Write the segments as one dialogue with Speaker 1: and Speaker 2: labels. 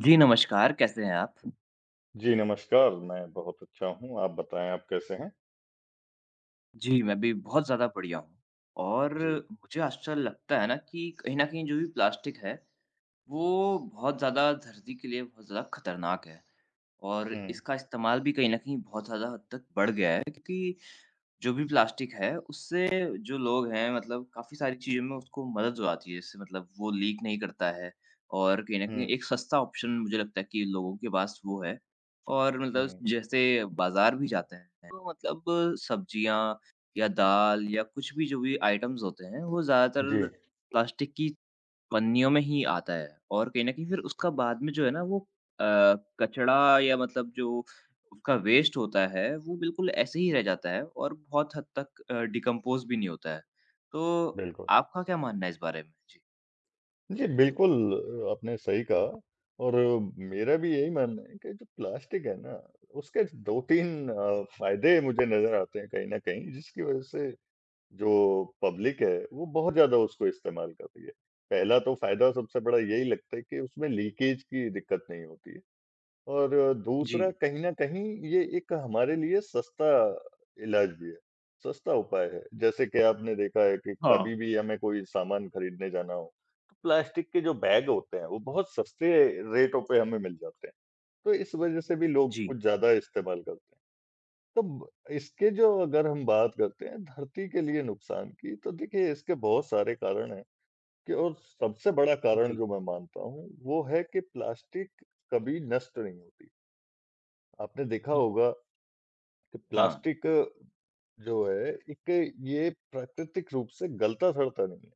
Speaker 1: जी, नमस्कार, कैसे हैं आप?
Speaker 2: जी, नमस्कार। मैं बहुत अच्छा हूँ, आप बताएँ आप कैसे हैं?
Speaker 1: जी, मैं भी बहुत ज़्यादा बढ़िया हूँ और
Speaker 2: जी।
Speaker 1: मुझे आश्चर्य लगता है ना कि कहीं न कहीं जो भी प्लास्टिक है, वो बहुत ज़्यादा धरती के लिए बहुत ज़्यादा खतरनाक है और
Speaker 2: हुँ,
Speaker 1: इसका इस्तेमाल भी कहीं न कहीं बहुत ज़्यादा हद तक बढ़ गया है क्योंकि जो भी प्लास्टिक है, उससे जो लोग हैं मतलब काफ़ी सारी चीज़ों में उसको मदद हो जाती है। इससे मतलब वो लीक नहीं करता है और कहीं न कहीं
Speaker 2: हुँ,
Speaker 1: एक सस्ता ऑप्शन मुझे लगता है कि लोगों के पास वो है। और मतलब
Speaker 2: हुँ।
Speaker 1: जैसे बाज़ार भी जाते हैं तो मतलब सब्जियाँ या दाल या कुछ भी जो भी आइटम्स होते हैं, वो ज़्यादातर
Speaker 2: जी,
Speaker 1: प्लास्टिक की पन्नियों में ही आता है और कहीं न कहीं फिर उसका बाद में जो है ना वो अ, कचड़ा या मतलब जो उसका वेस्ट होता है वो बिल्कुल ऐसे ही रह जाता है और बहुत हद तक डिकम्पोज़ भी नहीं होता है। तो
Speaker 2: बिल्कुल।
Speaker 1: आपका क्या मानना है इस बारे में? जी।
Speaker 2: जी, बिल्कुल आपने सही कहा और मेरा भी यही मानना है कि जो प्लास्टिक है ना, उसके 2-3 फ़ायदे मुझे नज़र आते हैं कहीं न कहीं, जिसकी वज़ह से जो पब्लिक है, वो बहुत ज़्यादा उसको इस्तेमाल कर रही है। पहला तो फ़ायदा सबसे बड़ा यही लगता है कि उसमें लीकेज की दिक्कत नहीं होती है। और
Speaker 1: जी।
Speaker 2: दूसरा कहीं न कहीं ये एक हमारे लिए सस्ता इलाज भी है, सस्ता उपाय है। जैसे कि आपने देखा है कि कभी
Speaker 1: हाँ।
Speaker 2: भी हमें कोई सामान खरीदने जाना हो, तो प्लास्टिक के जो बैग होते हैं, वो बहुत सस्ते रेटों पे हमें मिल जाते हैं। तो इस वज़ह से भी लोग
Speaker 1: जी।
Speaker 2: कुछ ज़्यादा इस्तेमाल करते हैं। तो ब इसके जो अगर हम बात करते हैं धरती के लिए नुकसान की, तो देखिए इसके बहुत सारे कारण हैं कि और सबसे बड़ा कारण
Speaker 1: जी।
Speaker 2: जो मैं मानता हूँ, वो है कि प्लास्टिक कभी नष्ट नहीं होती। आपने देखा
Speaker 1: हुँ।
Speaker 2: होगा कि
Speaker 1: हाँ।
Speaker 2: प्लास्टिक जो है एक ये प्राकृतिक रूप से गलता-सड़ता नहीं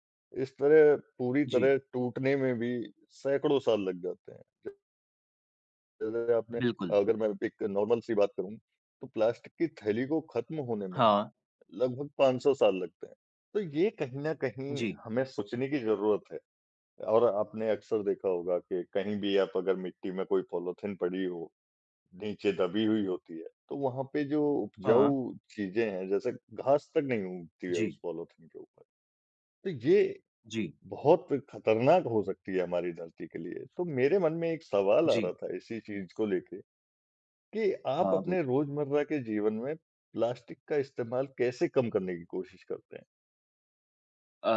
Speaker 2: है। इस तरह पूरी
Speaker 1: जी।
Speaker 2: तरह टूटने में भी सैकड़ों साल लग जाते हैं। जैसे आपने
Speaker 1: बिल्कुल।
Speaker 2: अगर मैं एक नॉर्मल सी बात करूँ तो प्लास्टिक की थैली को ख़त्म होने में
Speaker 1: हाँ।
Speaker 2: लगभग 500 साल लगते हैं। तो ये कहीं न कहीं
Speaker 1: जी।
Speaker 2: हमें सोचने की ज़रूरत है और आपने अक्सर देखा होगा कि कहीं भी आप अगर मिट्टी में कोई पॉलीथिन पड़ी हो नीचे दबी हुई होती है, तो वहाँ पे जो उपजाऊ
Speaker 1: हाँ।
Speaker 2: चीज़ें हैं, जैसे घास तक नहीं उगती है
Speaker 1: जी।
Speaker 2: उस पॉलिथीन के ऊपर। तो ये
Speaker 1: जी।
Speaker 2: बहुत खतरनाक हो सकती है हमारी धरती के लिए। तो मेरे मन में एक सवाल आ
Speaker 1: जी।
Speaker 2: रहा था इसी चीज़ को लेके कि आप
Speaker 1: हाँ,
Speaker 2: अपने रोज़मर्रा के जीवन में प्लास्टिक का इस्तेमाल कैसे कम करने की कोशिश करते हैं?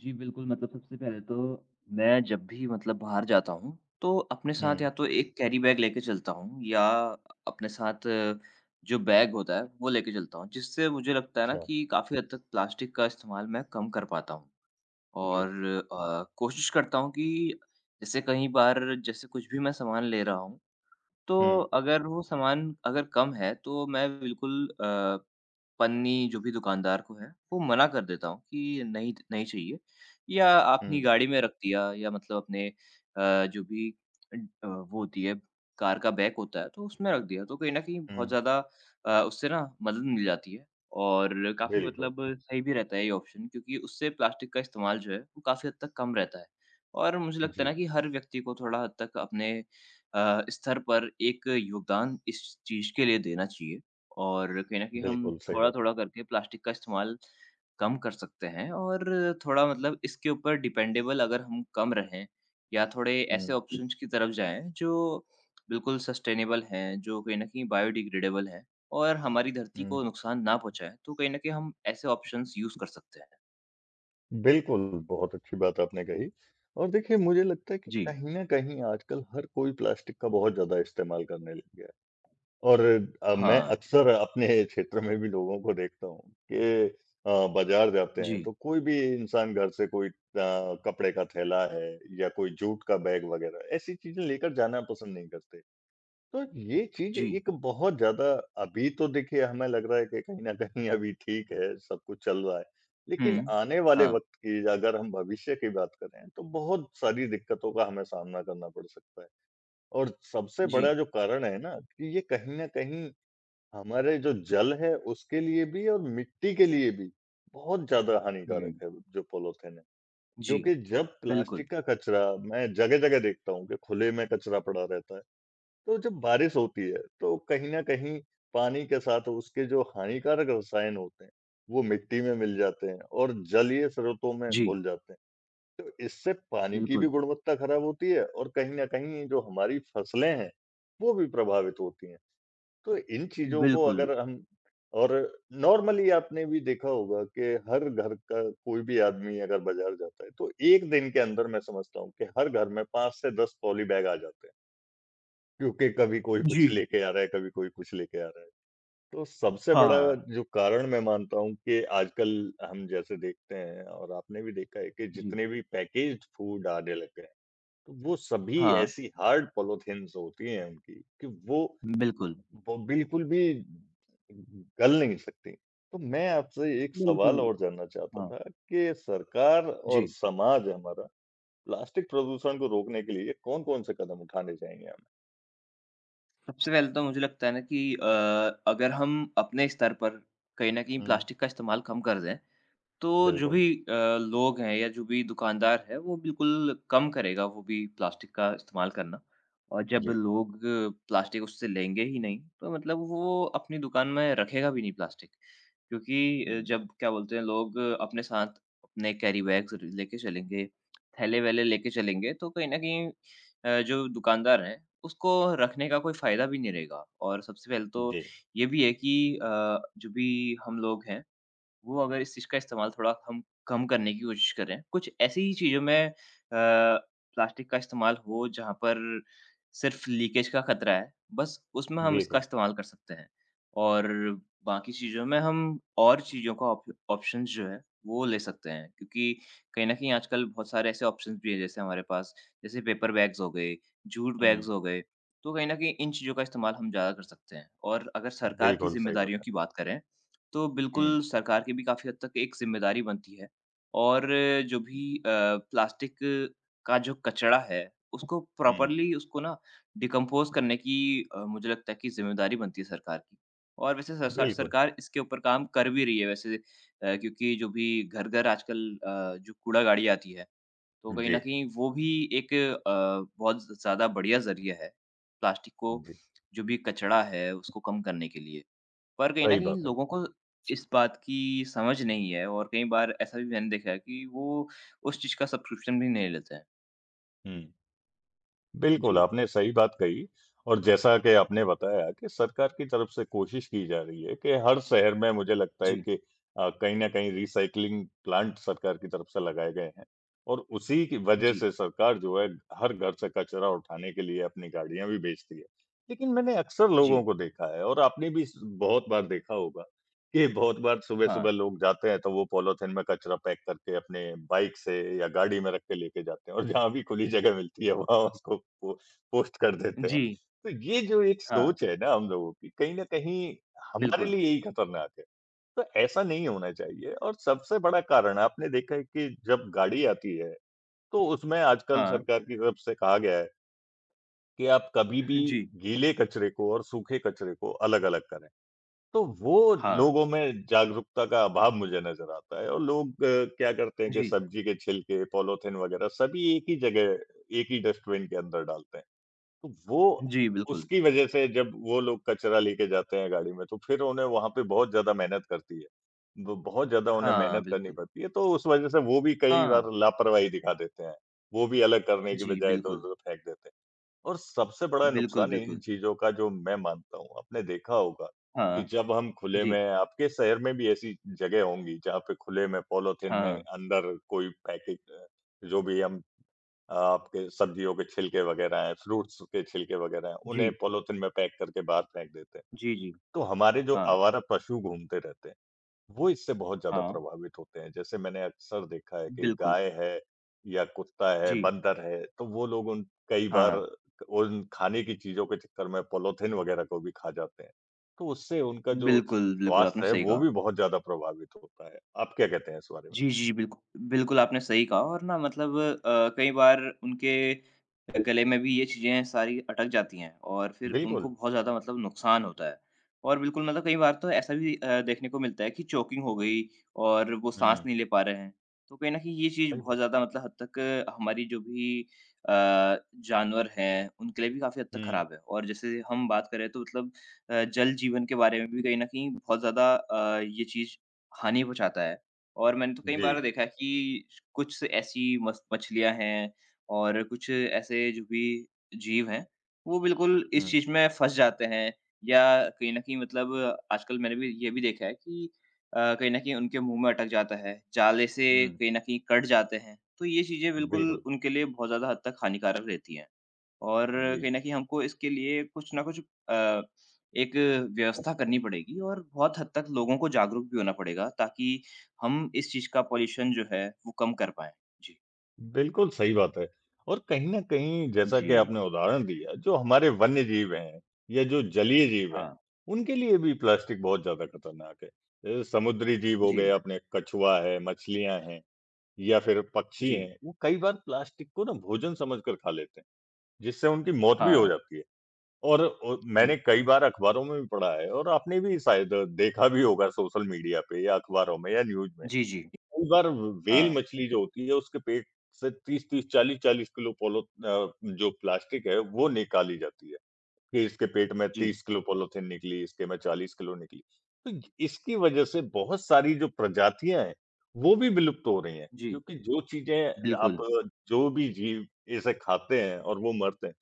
Speaker 1: जी बिल्कुल, मतलब सबसे पहले तो मैं जब भी मतलब बाहर जाता हूँ, तो अपने साथ
Speaker 2: हुँ,
Speaker 1: या तो एक कैरी बैग लेके चलता हूँ या अपने साथ जो बैग होता है, वो लेके चलता हूँ। जिससे मुझे लगता है ना
Speaker 2: अच्छा,
Speaker 1: कि काफ़ी हद तक प्लास्टिक का इस्तेमाल मैं कम कर पाता हूँ
Speaker 2: जी।
Speaker 1: और कोशिश करता हूँ कि जैसे कई बार जैसे कुछ भी मैं सामान ले रहा हूँ, तो
Speaker 2: हुँ,
Speaker 1: अगर वो सामान अगर कम है तो मैं बिल्कुल अ, पन्नी जो भी दुकानदार को है, वो मना कर देता हूँ कि नहीं नहीं चाहिए या अपनी
Speaker 2: हुँ,
Speaker 1: गाड़ी में रख दिया या मतलब अपने जो भी वो होती है कार का बैक होता है तो उसमें रख दिया। तो कहीं न कहीं बहुत
Speaker 2: हुँ।
Speaker 1: ज़्यादा उससे ना मदद मिल जाती है और काफ़ी
Speaker 2: बिल्कुल,
Speaker 1: मतलब सही भी रहता है ये ऑप्शन क्योंकि उससे प्लास्टिक का इस्तेमाल जो है वो काफ़ी हद तक कम रहता है। और मुझे लगता है
Speaker 2: जी।
Speaker 1: ना कि हर व्यक्ति को थोड़ा हद तक अपने स्तर पर एक योगदान इस चीज़ के लिए देना चाहिए और कहीं न कहीं हम
Speaker 2: बिल्कुल, सही बात।
Speaker 1: थोड़ा-थोड़ा करके प्लास्टिक का इस्तेमाल कम कर सकते हैं और थोड़ा मतलब इसके ऊपर डिपेंडेबल अगर हम कम रहें या थोड़े ऐसे
Speaker 2: हुँ,
Speaker 1: ऑप्शंस की तरफ जाएँ जो बिल्कुल सस्टेनेबल हैं, जो कहीं न कहीं बायोडिग्रेडेबल हैं और हमारी धरती
Speaker 2: हुँ।
Speaker 1: को नुकसान ना पहुँचाएँ, तो कहीं न कहीं हम ऐसे ऑप्शंस यूज़ कर सकते हैं।
Speaker 2: बिल्कुल, बहुत अच्छी बात आपने कही और देखिए मुझे लगता है कि
Speaker 1: जी।
Speaker 2: कहीं न कहीं आजकल हर कोई प्लास्टिक का बहुत ज़्यादा इस्तेमाल करने लग गया है और मैं
Speaker 1: हाँ।
Speaker 2: अक्सर अपने क्षेत्र में भी लोगों को देखता हूँ कि बाज़ार जाते हैं
Speaker 1: जी,
Speaker 2: तो कोई भी इंसान घर से कोई कपड़े का थैला है या कोई जूट का बैग वग़ैरह ऐसी चीज़ें लेकर जाना पसंद नहीं करते। तो ये चीज़
Speaker 1: जी।
Speaker 2: एक बहुत ज़्यादा अभी तो देखिए हमें लग रहा है कि कहीं न कहीं अभी ठीक है, सब कुछ चल रहा है। लेकिन
Speaker 1: हुँ।
Speaker 2: आने वाले
Speaker 1: हाँ।
Speaker 2: वक़्त की अगर हम भविष्य की बात करें तो बहुत सारी दिक्कतों का हमें सामना करना पड़ सकता है। और सबसे
Speaker 1: जी।
Speaker 2: बड़ा जो कारण है ना कि ये कहीं न कहीं हमारे जो जल है उसके लिए भी और मिट्टी के लिए भी बहुत ज़्यादा
Speaker 1: हुँ।
Speaker 2: हानिकारक है जो पॉलीथीन है।
Speaker 1: जी,
Speaker 2: क्योंकि जब
Speaker 1: बिल्कुल।
Speaker 2: प्लास्टिक का कचरा मैं जगह-जगह देखता हूँ कि खुले में कचरा पड़ा रहता है। तो जब बारिश होती है तो कहीं न कहीं पानी के साथ उसके जो हानिकारक रसायन होते हैं, वो मिट्टी में मिल जाते हैं और जलीय स्रोतों में
Speaker 1: जी,
Speaker 2: घुल जाते हैं। तो इससे पानी की भी
Speaker 1: बिल्कुल।
Speaker 2: गुणवत्ता खराब होती है और कहीं न कहीं जो हमारी फसलें हैं, वो भी प्रभावित होती हैं। तो इन चीज़ों को
Speaker 1: बिल्कुल।
Speaker 2: अगर हम और नॉर्मली आपने भी देखा होगा कि हर घर का कोई भी आदमी अगर बाज़ार जाता है, तो 1 दिन के अंदर मैं समझता हूँ कि हर घर में 5 से 10 पॉली बैग आ जाते हैं। क्योंकि कभी कोई
Speaker 1: जी,
Speaker 2: कुछ लेके आ रहा है, कभी कोई कुछ लेके आ रहा है। तो सबसे बड़ा
Speaker 1: हाँ।
Speaker 2: जो कारण मैं मानता हूँ कि आजकल हम जैसे देखते हैं और आपने भी देखा है कि
Speaker 1: जी।
Speaker 2: जितने भी पैकेज्ड फूड आने लग गए हैं, तो वो सभी
Speaker 1: हाँ,
Speaker 2: ऐसी हार्ड पॉलिथीन्स होती हैं उनकी कि वो
Speaker 1: बिल्कुल।
Speaker 2: वो बिल्कुल भी गल नहीं सकती। तो मैं आपसे एक सवाल
Speaker 1: बिल्कुल,
Speaker 2: और जानना चाहता
Speaker 1: हाँ।
Speaker 2: था कि सरकार और
Speaker 1: जी।
Speaker 2: समाज हमारा प्लास्टिक प्रदूषण को रोकने के लिए कौन-कौन से कदम उठाने चाहिए हमें?
Speaker 1: सबसे पहले तो मुझे लगता है ना कि अगर हम अपने स्तर पर कहीं न कहीं
Speaker 2: हुँ,
Speaker 1: प्लास्टिक का इस्तेमाल कम कर दें, तो जो
Speaker 2: बिल्कुल।
Speaker 1: भी लोग हैं या जो भी दुकानदार है, वो बिल्कुल कम करेगा वो भी प्लास्टिक का इस्तेमाल करना। और जब
Speaker 2: जी।
Speaker 1: लोग प्लास्टिक उससे लेंगे ही नहीं, तो मतलब वो अपनी दुकान में रखेगा भी नहीं प्लास्टिक। क्योंकि
Speaker 2: हुँ,
Speaker 1: जब क्या बोलते हैं लोग अपने साथ अपने कैरी बैग्स लेके चलेंगे, थैले-वैले लेके चलेंगे तो कहीं न कहीं जो दुकानदार हैं उसको रखने का कोई फ़ायदा भी नहीं रहेगा। और सबसे पहले तो
Speaker 2: जी,
Speaker 1: ये भी है कि अ, जो भी हम लोग हैं वो अगर इस चीज़ का इस्तेमाल थोड़ा हम कम करने की कोशिश करें, कुछ ऐसी ही चीज़ों में प्लास्टिक का इस्तेमाल हो जहाँ पर सिर्फ़ लीकेज का खतरा है, बस उसमें हम इसका
Speaker 2: बिल्कुल।
Speaker 1: इस्तेमाल कर सकते हैं। और बाकी चीज़ों में हम और चीज़ों का ऑप ऑप्शंस जो है वो ले सकते हैं क्योंकि कहीं न कहीं आजकल बहुत सारे ऐसे ऑप्शंस भी हैं जैसे हमारे पास, जैसे पेपर बैग्स हो गए, जूट बैग्स
Speaker 2: हुँ,
Speaker 1: हो गए, तो कहीं न कहीं इन चीज़ों का इस्तेमाल हम ज़्यादा कर सकते हैं। और अगर सरकार की
Speaker 2: बिल्कुल सही बात
Speaker 1: ज़िम्मेदारियों
Speaker 2: है।
Speaker 1: की बात करें तो
Speaker 2: हुँ,
Speaker 1: बिल्कुल सरकार की भी काफ़ी हद तक एक ज़िम्मेदारी बनती है और जो भी प्लास्टिक का जो कचरा है, उसको
Speaker 2: हुँ,
Speaker 1: प्रॉपरली उसको ना डिकम्पोज़ करने की मुझे लगता है कि ज़िम्मेदारी बनती है सरकार की। और वैसे सरसा
Speaker 2: बिल्कुल।
Speaker 1: सरकार इसके ऊपर काम कर भी रही है वैसे क्योंकि जो भी घर-घर आजकल जो कूड़ा गाड़ी आती है, तो कहीं
Speaker 2: जी,
Speaker 1: न कहीं वो भी एक बहुत ज़्यादा बढ़िया ज़रिया है, प्लास्टिक को
Speaker 2: जी,
Speaker 1: जो भी कचरा है उसको कम करने के लिए। पर कहीं न
Speaker 2: सही
Speaker 1: कहीं
Speaker 2: बात है।
Speaker 1: लोगों को इस बात की समझ नहीं है और कई बार ऐसा भी मैंने देखा है कि वो उस चीज़ का सब्सक्रिप्शन भी नहीं लेते हैं।
Speaker 2: हुँ, बिल्कुल,
Speaker 1: जी,
Speaker 2: आपने सही बात कही और जैसा कि आपने बताया कि सरकार की तरफ से कोशिश की जा रही है कि हर शहर में मुझे लगता है
Speaker 1: जी,
Speaker 2: कि कहीं न कहीं रिसाइक्लिंग प्लांट सरकार की तरफ से लगाए गए हैं और उसी की वजह
Speaker 1: जी,
Speaker 2: से सरकार जो है हर घर से कचरा उठाने के लिए अपनी गाड़ियाँ भी भेजती है। लेकिन मैंने अक्सर लोगों
Speaker 1: जी,
Speaker 2: को देखा है और आपने भी स बहुत बार देखा होगा ये बहुत बार सुबह-सुबह
Speaker 1: हाँ,
Speaker 2: लोग जाते हैं तो वो पॉलिथीन में कचरा पैक करके अपने बाइक से या गाड़ी में रख के लेके जाते हैं और जहाँ भी खुली जगह मिलती है वहाँ उसको पो पोस्ट कर देते हैं।
Speaker 1: जी,
Speaker 2: तो ये जो एक
Speaker 1: हाँ,
Speaker 2: सोच है ना हम लोगों की कहीं न कहीं हमारे
Speaker 1: बिल्कुल,
Speaker 2: लिए यही खतरनाक है। तो ऐसा नहीं होना चाहिए और सबसे बड़ा कारण आपने देखा है कि जब गाड़ी आती है तो उसमें आजकल
Speaker 1: हाँ,
Speaker 2: सरकार की तरफ से कहा गया है कि आप कभी भी
Speaker 1: जी,
Speaker 2: गीले कचरे को और सूखे कचरे को अलग-अलग करें। तो वो
Speaker 1: हाँ,
Speaker 2: लोगों में जागरूकता का अभाव मुझे नज़र आता है और लोग क्या करते हैं कि
Speaker 1: जी,
Speaker 2: सब्जी के छिलके, पॉलीथिन वग़ैरह सभी एक ही जगह, एक ही डस्टबिन के अंदर डालते हैं। तो वो
Speaker 1: जी,
Speaker 2: उसकी वज़ह से जब वो लोग कचरा लेके जाते हैं गाड़ी में, तो फिर उन्हें वहाँ पे बहुत ज़्यादा मेहनत करती है। ब बहुत ज़्यादा उन्हें मेहनत करनी
Speaker 1: बिल्कुल,
Speaker 2: पड़ती है, तो उस वज़ह से वो भी कई
Speaker 1: हाँ,
Speaker 2: बार लापरवाही दिखा देते हैं। वो भी अलग करने की
Speaker 1: जी,
Speaker 2: बजाय
Speaker 1: बिल्कुल,
Speaker 2: इधर-उधर फेंक देते हैं। और सबसे बड़ा
Speaker 1: बिल्कुल,
Speaker 2: नुकसान इन
Speaker 1: बिल्कुल,
Speaker 2: चीज़ों का जो मैं मानता हूँ, आपने देखा होगा कि
Speaker 1: हाँ,
Speaker 2: जब हम खुले
Speaker 1: जी,
Speaker 2: में आपके शहर में भी ऐसी जगह होंगी जहाँ पे खुले में पॉलीथिन में
Speaker 1: हाँ,
Speaker 2: अंदर कोई पैकेट जो भी हम आपके सब्जियों के छिलके वग़ैरह हैं, फ्रूट्स के छिलके वग़ैरह हैं, उन्हें
Speaker 1: जी,
Speaker 2: पॉलीथिन में पैक करके बाहर फेंक देते हैं।
Speaker 1: जी, जी,
Speaker 2: तो हमारे जो
Speaker 1: हाँ,
Speaker 2: आवारा पशु घूमते रहते हैं, वो इससे बहुत ज़्यादा
Speaker 1: हाँ,
Speaker 2: प्रभावित होते हैं। जैसे मैंने अक्सर देखा है कि
Speaker 1: बिल्कुल,
Speaker 2: गाय है या कुत्ता है,
Speaker 1: जी,
Speaker 2: बंदर है, तो वो लोग उन कई बार
Speaker 1: हाँ,
Speaker 2: उन खाने की चीज़ों के चक्कर में पॉलीथिन वग़ैरह को भी खा जाते हैं। तो उससे उनका जो
Speaker 1: बिल्कुल, बिल्कुल, आपने
Speaker 2: स्वास्थ्य है,
Speaker 1: सही
Speaker 2: वो
Speaker 1: कहा।
Speaker 2: भी बहुत ज़्यादा प्रभावित होता है। आप क्या कहते हैं इस बारे में?
Speaker 1: जी, जी, बिल्कुल, आपने सही कहा और ना मतलब कई बार उनके गले में भी ये चीज़ें सारी अटक जाती हैं और फिर उनको
Speaker 2: बिल्कुल।
Speaker 1: बहुत ज़्यादा मतलब नुकसान होता है। और बिल्कुल मतलब कई बार तो ऐसा भी देखने को मिलता है कि चोकिंग हो गई और वो साँस
Speaker 2: हुँ,
Speaker 1: नहीं ले पा रहे हैं। तो कहीं न कहीं ये चीज़
Speaker 2: सही
Speaker 1: बहुत
Speaker 2: बात।
Speaker 1: ज़्यादा मतलब हद तक हमारी जो भी अ, जानवर हैं, उनके लिए भी काफ़ी हद तक
Speaker 2: हुँ,
Speaker 1: ख़राब है। और जैसे हम बात करें तो मतलब जल जीवन के बारे में भी कहीं न कहीं बहुत ज़्यादा ये चीज़ हानि पहुँचाता है। और मैंने तो कई
Speaker 2: जी।
Speaker 1: बार देखा है कि कुछ ऐसी मस मछलियाँ हैं और कुछ ऐसे जो भी जीव हैं, वो बिल्कुल इस
Speaker 2: हुँ,
Speaker 1: चीज़ में फँस जाते हैं या कहीं न कहीं मतलब आजकल मैंने भी ये भी देखा है कि कहीं न कहीं उनके मुँह में अटक जाता है, जाले से
Speaker 2: हुँ,
Speaker 1: कहीं न कहीं कट जाते हैं। तो ये चीज़ें बिल्कुल
Speaker 2: बिल्कुल।
Speaker 1: उनके लिए बहुत ज़्यादा हद तक हानिकारक रहती हैं। और
Speaker 2: जी।
Speaker 1: कहीं न कहीं हमको इसके लिए कुछ ना कुछ अ, एक व्यवस्था करनी पड़ेगी और बहुत हद तक लोगों को जागरूक भी होना पड़ेगा ताकि हम इस चीज़ का पॉल्यूशन जो है वो कम कर पाएँ। जी।
Speaker 2: बिल्कुल सही बात है। और कहीं न कहीं जैसा
Speaker 1: जी।
Speaker 2: कि आपने उदाहरण दिया जो हमारे वन्य जीव हैं या जो जलीय जीव हैं,
Speaker 1: हाँ।
Speaker 2: उनके लिए भी प्लास्टिक बहुत ज़्यादा खतरनाक है। समुद्री जीव हो
Speaker 1: जी,
Speaker 2: गए अपने कछुआ है, मछलियाँ हैं या फिर पक्षी
Speaker 1: जी।
Speaker 2: हैं, वो कई बार प्लास्टिक को ना भोजन समझकर खा लेते हैं, जिससे उनकी मौत भी हो
Speaker 1: हाँ।
Speaker 2: जाती है। और मैंने
Speaker 1: जी।
Speaker 2: कई बार अखबारों में भी पढ़ा है और आपने भी शायद देखा भी होगा सोशल मीडिया पे या अखबारों में या न्यूज़ में,
Speaker 1: जी, जी।
Speaker 2: कि कई बार व्हेल
Speaker 1: हाँ।
Speaker 2: मछली जो होती है उसके पेट से 30-30, 40-40 किलो पॉली जो प्लास्टिक है वो निकाली जाती है, कि इसके पेट में
Speaker 1: जी,
Speaker 2: 30 किलो पॉलीथीन निकली, इसके में 40 किलो निकली। तो य इसकी वजह से बहुत सारी जो प्रजातियाँ हैं, वो भी विलुप्त हो रही हैं,
Speaker 1: जी।
Speaker 2: क्योंकि जो चीज़ें आप
Speaker 1: बिल्कुल।
Speaker 2: जो भी जीव इसे खाते हैं और वो मरते हैं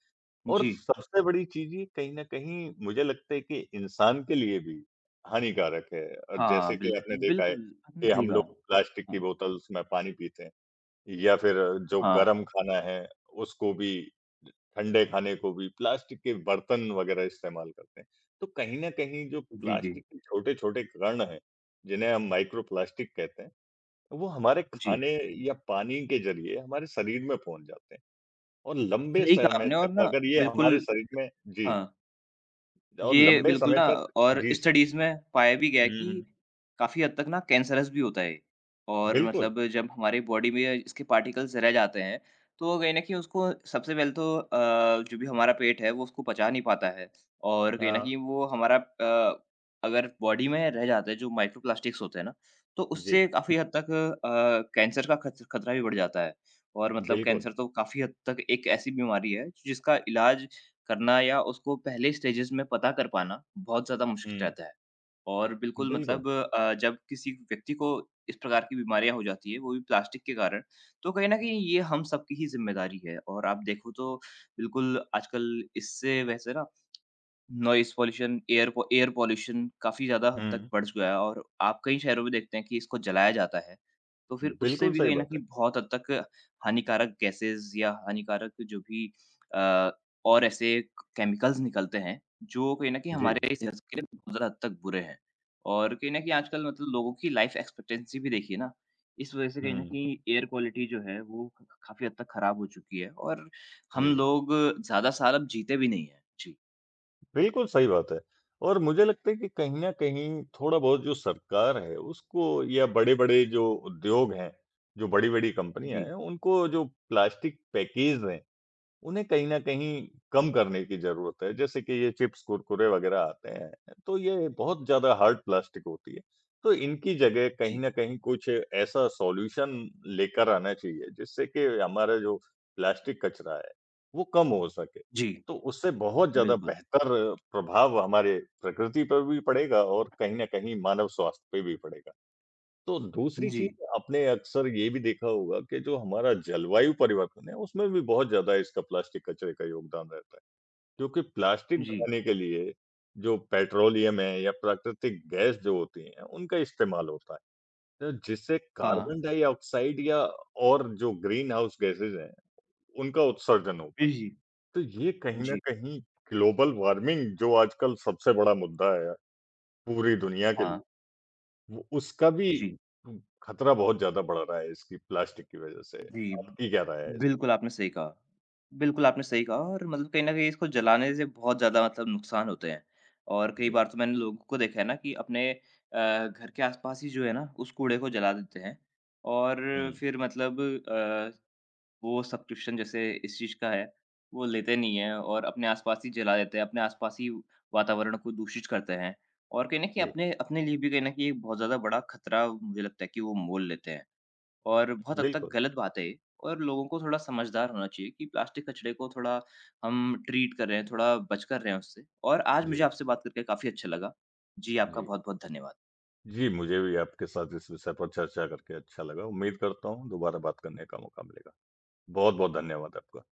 Speaker 2: और
Speaker 1: जी।
Speaker 2: सबसे बड़ी चीज़ ये कहीं न कहीं मुझे लगता है कि इंसान के लिए भी हानिकारक है। जैसे
Speaker 1: हाँ,
Speaker 2: कि आपने देखा है
Speaker 1: बिल्कुल, आपने
Speaker 2: कि
Speaker 1: सही
Speaker 2: हम लोग
Speaker 1: कहा।
Speaker 2: प्लास्टिक की
Speaker 1: हाँ।
Speaker 2: बोतल्स में पानी पीते हैं या फिर जो
Speaker 1: हाँ।
Speaker 2: गरम खाना है उसको भी ठंडे खाने को भी प्लास्टिक के बर्तन वग़ैरह इस्तेमाल करते हैं। तो कहीं न कहीं जो
Speaker 1: जी, जी।
Speaker 2: प्लास्टिक के छोटे-छोटे कण हैं, जिन्हें हम माइक्रो प्लास्टिक कहते हैं, वो हमारे
Speaker 1: जी।
Speaker 2: खाने या पानी के ज़रिए हमारे शरीर में पहुँच जाते हैं। और लंबे
Speaker 1: सही कहा
Speaker 2: समय
Speaker 1: आपने और
Speaker 2: तक
Speaker 1: ना
Speaker 2: अगर ये हमारे
Speaker 1: बिल्कुल
Speaker 2: शरीर में जी,
Speaker 1: हाँ।
Speaker 2: और
Speaker 1: ये
Speaker 2: लंबे
Speaker 1: बिल्कुल
Speaker 2: समय
Speaker 1: ना
Speaker 2: तक
Speaker 1: और
Speaker 2: जी,
Speaker 1: स्टडीज़ में पाया भी गया है
Speaker 2: हुँ,
Speaker 1: कि
Speaker 2: हुँ।
Speaker 1: काफ़ी हद तक ना कैंसरस भी होता है ये। और
Speaker 2: बिल्कुल,
Speaker 1: मतलब जब हमारी बॉडी में इसके पार्टिकल्स रह जाते हैं, तो कहीं न कहीं उसको सबसे पहले तो जो भी हमारा पेट है, वो उसको पचा नहीं पाता है। और कहीं न
Speaker 2: हाँ,
Speaker 1: कहीं वो हमारा अगर बॉडी में रह जाता है, जो माइक्रो प्लास्टिक्स होते हैं ना, तो
Speaker 2: जी,
Speaker 1: उससे काफ़ी हद तक कैंसर का खत खतरा भी बढ़ जाता है। और मतलब
Speaker 2: बिल्कुल,
Speaker 1: कैंसर तो काफ़ी हद तक एक ऐसी बीमारी है, जिसका इलाज करना या उसको पहले स्टेजेस में पता कर पाना बहुत ज़्यादा मुश्किल
Speaker 2: हुँ,
Speaker 1: रहता है। और बिल्कुल
Speaker 2: बिल्कुल,
Speaker 1: मतलब जब किसी व्यक्ति को इस प्रकार की बीमारियाँ हो जाती है, वो भी प्लास्टिक के कारण, तो कहीं न कहीं ये हम सबकी ही ज़िम्मेदारी है। और आप देखो तो बिल्कुल आजकल इससे वैसे ना नॉइज़ पॉल्यूशन, एयर पॉल्यूशन काफ़ी ज़्यादा हद तक
Speaker 2: हुँ,
Speaker 1: बढ़ चुका है और आप कई शहरों में देखते हैं कि इसको जलाया जाता है। तो फिर उससे
Speaker 2: बिल्कुल
Speaker 1: भी
Speaker 2: सही
Speaker 1: कहीं न
Speaker 2: बात
Speaker 1: कहीं
Speaker 2: है।
Speaker 1: बहुत हद तक हानिकारक गैसेज़ या हानिकारक जो भी अ, और ऐसे केमिकल्स निकलते हैं, जो कहीं न कहीं
Speaker 2: जी,
Speaker 1: हमारे सेहत के लिए बहुत ज़्यादा हद तक बुरे हैं। और कहीं न कहीं आजकल मतलब लोगों की लाइफ़ एक्सपेक्टेंसी भी देखिए ना, इस वज़ह से कहीं न
Speaker 2: हुँ,
Speaker 1: कहीं एयर क्वालिटी जो है वो क काफ़ी हद तक खराब हो चुकी है और हम
Speaker 2: जी,
Speaker 1: लोग ज़्यादा साल अब जीते भी नहीं हैं। जी।
Speaker 2: बिल्कुल सही बात है और मुझे लगता है कि कहीं न कहीं थोड़ा-बहुत जो सरकार है उसको या बड़े-बड़े जो उद्योग हैं, जो बड़ी-बड़ी कंपनियाँ
Speaker 1: जी
Speaker 2: हैं, उनको जो प्लास्टिक पैकेज हैं उन्हें कहीं न कहीं कम करने की ज़रूरत है। जैसे कि ये चिप्स, कुरकुरे वग़ैरह आते हैं, तो ये बहुत ज़्यादा हार्ड प्लास्टिक होती है। तो इनकी जगह कहीं
Speaker 1: जी,
Speaker 2: न कहीं कुछ ऐसा सॉल्यूशन लेकर आना चाहिए, जिससे कि हमारा जो प्लास्टिक कचरा है, वो कम हो सके।
Speaker 1: जी,
Speaker 2: तो उससे बहुत ज़्यादा
Speaker 1: बिल्कुल।
Speaker 2: बेहतर प्रभाव हमारे प्रकृति पर भी पड़ेगा और कहीं न कहीं मानव स्वास्थ्य पे भी पड़ेगा। तो दूसरी
Speaker 1: जी,
Speaker 2: चीज़ आपने अक्सर ये भी देखा होगा कि जो हमारा जलवायु परिवर्तन है, उसमें भी बहुत ज़्यादा इसका प्लास्टिक कचरे का योगदान रहता है। क्योंकि प्लास्टिक
Speaker 1: जी,
Speaker 2: बनाने के लिए जो पेट्रोलियम है या प्राकृतिक गैस जो होती हैं, उनका इस्तेमाल होता है। तो जिससे
Speaker 1: हाँ।
Speaker 2: कार्बन डाइऑक्साइड या और जो ग्रीन हाउस गैसेज़ हैं, उनका उत्सर्जन होता है।
Speaker 1: जी।
Speaker 2: तो ये कहीं न
Speaker 1: जी,
Speaker 2: कहीं ग्लोबल वार्मिंग जो आजकल सबसे बड़ा मुद्दा है पूरी दुनिया के
Speaker 1: हाँ,
Speaker 2: लिए वो उसका भी
Speaker 1: जी,
Speaker 2: खतरा बहुत ज़्यादा बढ़ रहा है इसकी प्लास्टिक की वज़ह से।
Speaker 1: जी।
Speaker 2: आपकी क्या राय है इस
Speaker 1: बिल्कुल, आपने सही कहा। बिल्कुल, आपने सही कहा और मतलब कहीं न कहीं इसको जलाने से बहुत ज़्यादा मतलब नुकसान होते हैं और कई
Speaker 2: जी।
Speaker 1: बार तो मैंने लोगों को देखा है ना कि अपने घर के आस-पास ही जो है ना, उस कूड़े को जला देते हैं और
Speaker 2: हुँ,
Speaker 1: फिर मतलब अ वो सब्स्टिट्यूशन जैसे इस चीज़ का है, वो लेते नहीं हैं और अपने आसपास ही जला देते हैं, अपने आसपास ही वातावरण को दूषित करते हैं। और कहीं न कहीं
Speaker 2: जी,
Speaker 1: अपने अपने लिए भी कहीं न कहीं एक बहुत ज़्यादा बड़ा खतरा मुझे लगता है कि वो मोल लेते हैं। और बहुत हद तक
Speaker 2: बिल्कुल।
Speaker 1: गलत बात है ये और लोगों को थोड़ा समझदार होना चाहिए कि प्लास्टिक कचरे को थोड़ा हम ट्रीट कर रहे हैं, थोड़ा बच कर रहे हैं उससे। और आज मुझे
Speaker 2: जी,
Speaker 1: आपसे बात करके काफ़ी अच्छा लगा। जी, आपका
Speaker 2: जी।
Speaker 1: बहुत-बहुत धन्यवाद।
Speaker 2: जी, मुझे भी आपके साथ इस विषय पर चर्चा करके अच्छा लगा। उम्मीद करता हूँ दोबारा बात करने का मौका मिलेगा। बहुत-बहुत धन्यवाद आपका।